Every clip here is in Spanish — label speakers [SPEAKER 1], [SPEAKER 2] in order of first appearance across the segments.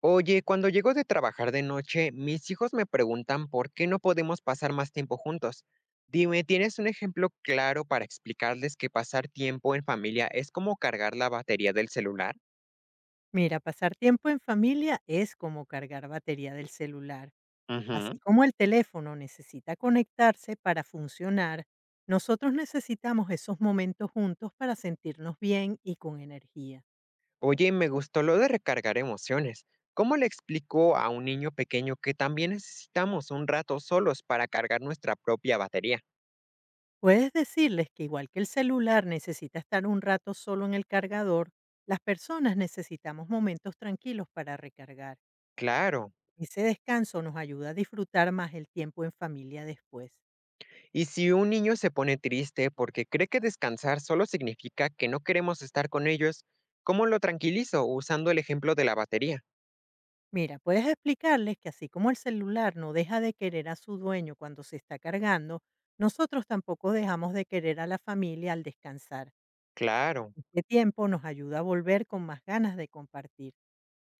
[SPEAKER 1] Oye, cuando llego de trabajar de noche, mis hijos me preguntan por qué no podemos pasar más tiempo juntos. Dime, ¿tienes un ejemplo claro para explicarles que pasar tiempo en familia es como cargar la batería del celular?
[SPEAKER 2] Mira, pasar tiempo en familia es como cargar batería del celular. Así
[SPEAKER 1] Ujú.
[SPEAKER 2] como el teléfono necesita conectarse para funcionar, nosotros necesitamos esos momentos juntos para sentirnos bien y con energía.
[SPEAKER 1] Oye, me gustó lo de recargar emociones. ¿Cómo le explico a un niño pequeño que también necesitamos un rato solos para cargar nuestra propia batería?
[SPEAKER 2] Puedes decirles que igual que el celular necesita estar un rato solo en el cargador, las personas necesitamos momentos tranquilos para recargar.
[SPEAKER 1] Claro.
[SPEAKER 2] Ese descanso nos ayuda a disfrutar más el tiempo en familia después.
[SPEAKER 1] Y si un niño se pone triste porque cree que descansar solo significa que no queremos estar con ellos, ¿cómo lo tranquilizo usando el ejemplo de la batería?
[SPEAKER 2] Mira, puedes explicarles que así como el celular no deja de querer a su dueño cuando se está cargando, nosotros tampoco dejamos de querer a la familia al descansar.
[SPEAKER 1] Claro.
[SPEAKER 2] Este tiempo nos ayuda a volver con más ganas de compartir.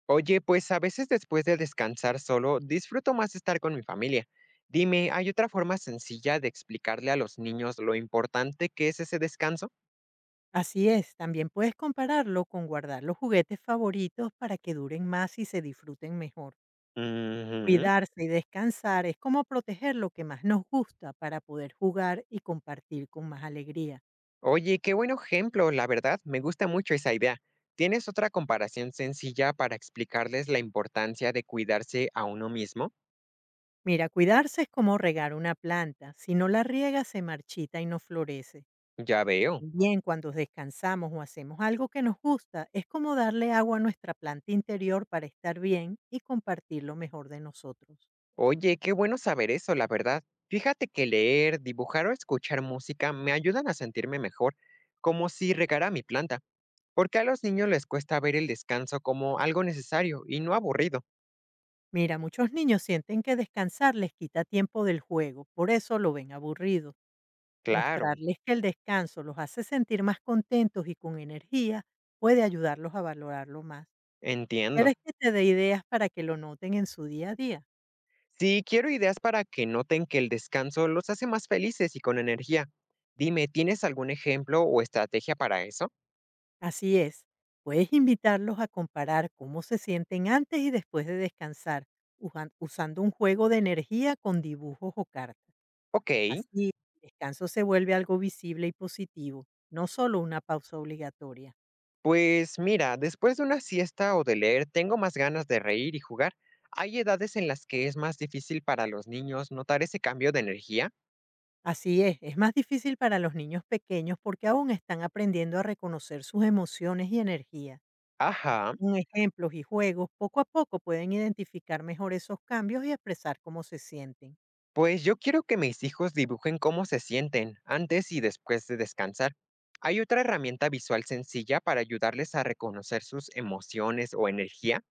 [SPEAKER 1] Oye, pues a veces después de descansar solo, disfruto más estar con mi familia. Dime, ¿hay otra forma sencilla de explicarle a los niños lo importante que es ese descanso?
[SPEAKER 2] Así es, también puedes compararlo con guardar los juguetes favoritos para que duren más y se disfruten mejor.
[SPEAKER 1] Ujú.
[SPEAKER 2] Cuidarse y descansar es como proteger lo que más nos gusta para poder jugar y compartir con más alegría.
[SPEAKER 1] Oye, qué buen ejemplo, la verdad, me gusta mucho esa idea. ¿Tienes otra comparación sencilla para explicarles la importancia de cuidarse a uno mismo?
[SPEAKER 2] Mira, cuidarse es como regar una planta. Si no la riega, se marchita y no florece.
[SPEAKER 1] Ya veo.
[SPEAKER 2] También cuando descansamos o hacemos algo que nos gusta, es como darle agua a nuestra planta interior para estar bien y compartir lo mejor de nosotros.
[SPEAKER 1] Oye, qué bueno saber eso, la verdad. Fíjate que leer, dibujar o escuchar música me ayudan a sentirme mejor, como si regara mi planta, porque a los niños les cuesta ver el descanso como algo necesario y no aburrido.
[SPEAKER 2] Mira, muchos niños sienten que descansar les quita tiempo del juego, por eso lo ven aburrido.
[SPEAKER 1] Claro,
[SPEAKER 2] Mostrarles que el descanso los hace sentir más contentos y con energía puede ayudarlos a valorarlo más. ¿Quieres
[SPEAKER 1] entiendo.
[SPEAKER 2] que te dé ideas para que lo noten en su día a día?
[SPEAKER 1] Sí, quiero ideas para que noten que el descanso los hace más felices y con energía. Dime, ¿tienes algún ejemplo o estrategia para eso?
[SPEAKER 2] Así es, puedes invitarlos a comparar cómo se sienten antes y después de descansar, usando un juego de energía con dibujos o cartas.
[SPEAKER 1] Ok.
[SPEAKER 2] Así, el descanso se vuelve algo visible y positivo, no solo una pausa obligatoria.
[SPEAKER 1] Pues mira, después de una siesta o de leer, tengo más ganas de reír y jugar. ¿Hay edades en las que es más difícil para los niños notar ese cambio de energía?
[SPEAKER 2] Así es más difícil para los niños pequeños porque aún están aprendiendo a reconocer sus emociones y energía.
[SPEAKER 1] Ajá,
[SPEAKER 2] Con ejemplos y juegos, poco a poco pueden identificar mejor esos cambios y expresar cómo se sienten.
[SPEAKER 1] pues yo quiero que mis hijos dibujen cómo se sienten antes y después de descansar. ¿Hay otra herramienta visual sencilla para ayudarles a reconocer sus emociones o energía?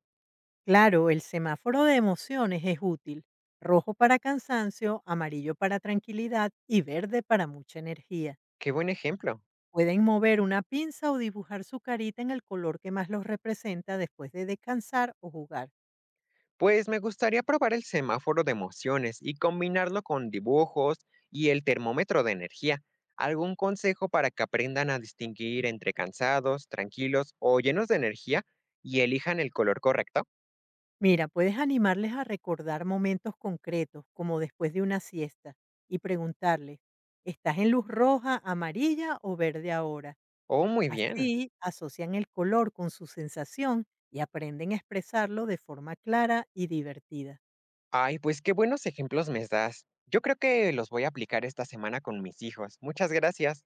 [SPEAKER 2] Claro, el semáforo de emociones es útil. Rojo para cansancio, amarillo para tranquilidad y verde para mucha energía.
[SPEAKER 1] Qué buen ejemplo.
[SPEAKER 2] Pueden mover una pinza o dibujar su carita en el color que más los representa después de descansar o jugar.
[SPEAKER 1] Pues me gustaría probar el semáforo de emociones y combinarlo con dibujos y el termómetro de energía. ¿Algún consejo para que aprendan a distinguir entre cansados, tranquilos o llenos de energía y elijan el color correcto?
[SPEAKER 2] Mira, puedes animarles a recordar momentos concretos, como después de una siesta, y preguntarles, ¿estás en luz roja, amarilla o verde ahora?
[SPEAKER 1] Oh, muy bien.
[SPEAKER 2] Así asocian el color con su sensación y aprenden a expresarlo de forma clara y divertida.
[SPEAKER 1] Ay, pues qué buenos ejemplos me das. Yo creo que los voy a aplicar esta semana con mis hijos. Muchas gracias.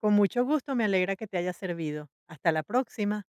[SPEAKER 2] Con mucho gusto, me alegra que te haya servido. Hasta la próxima.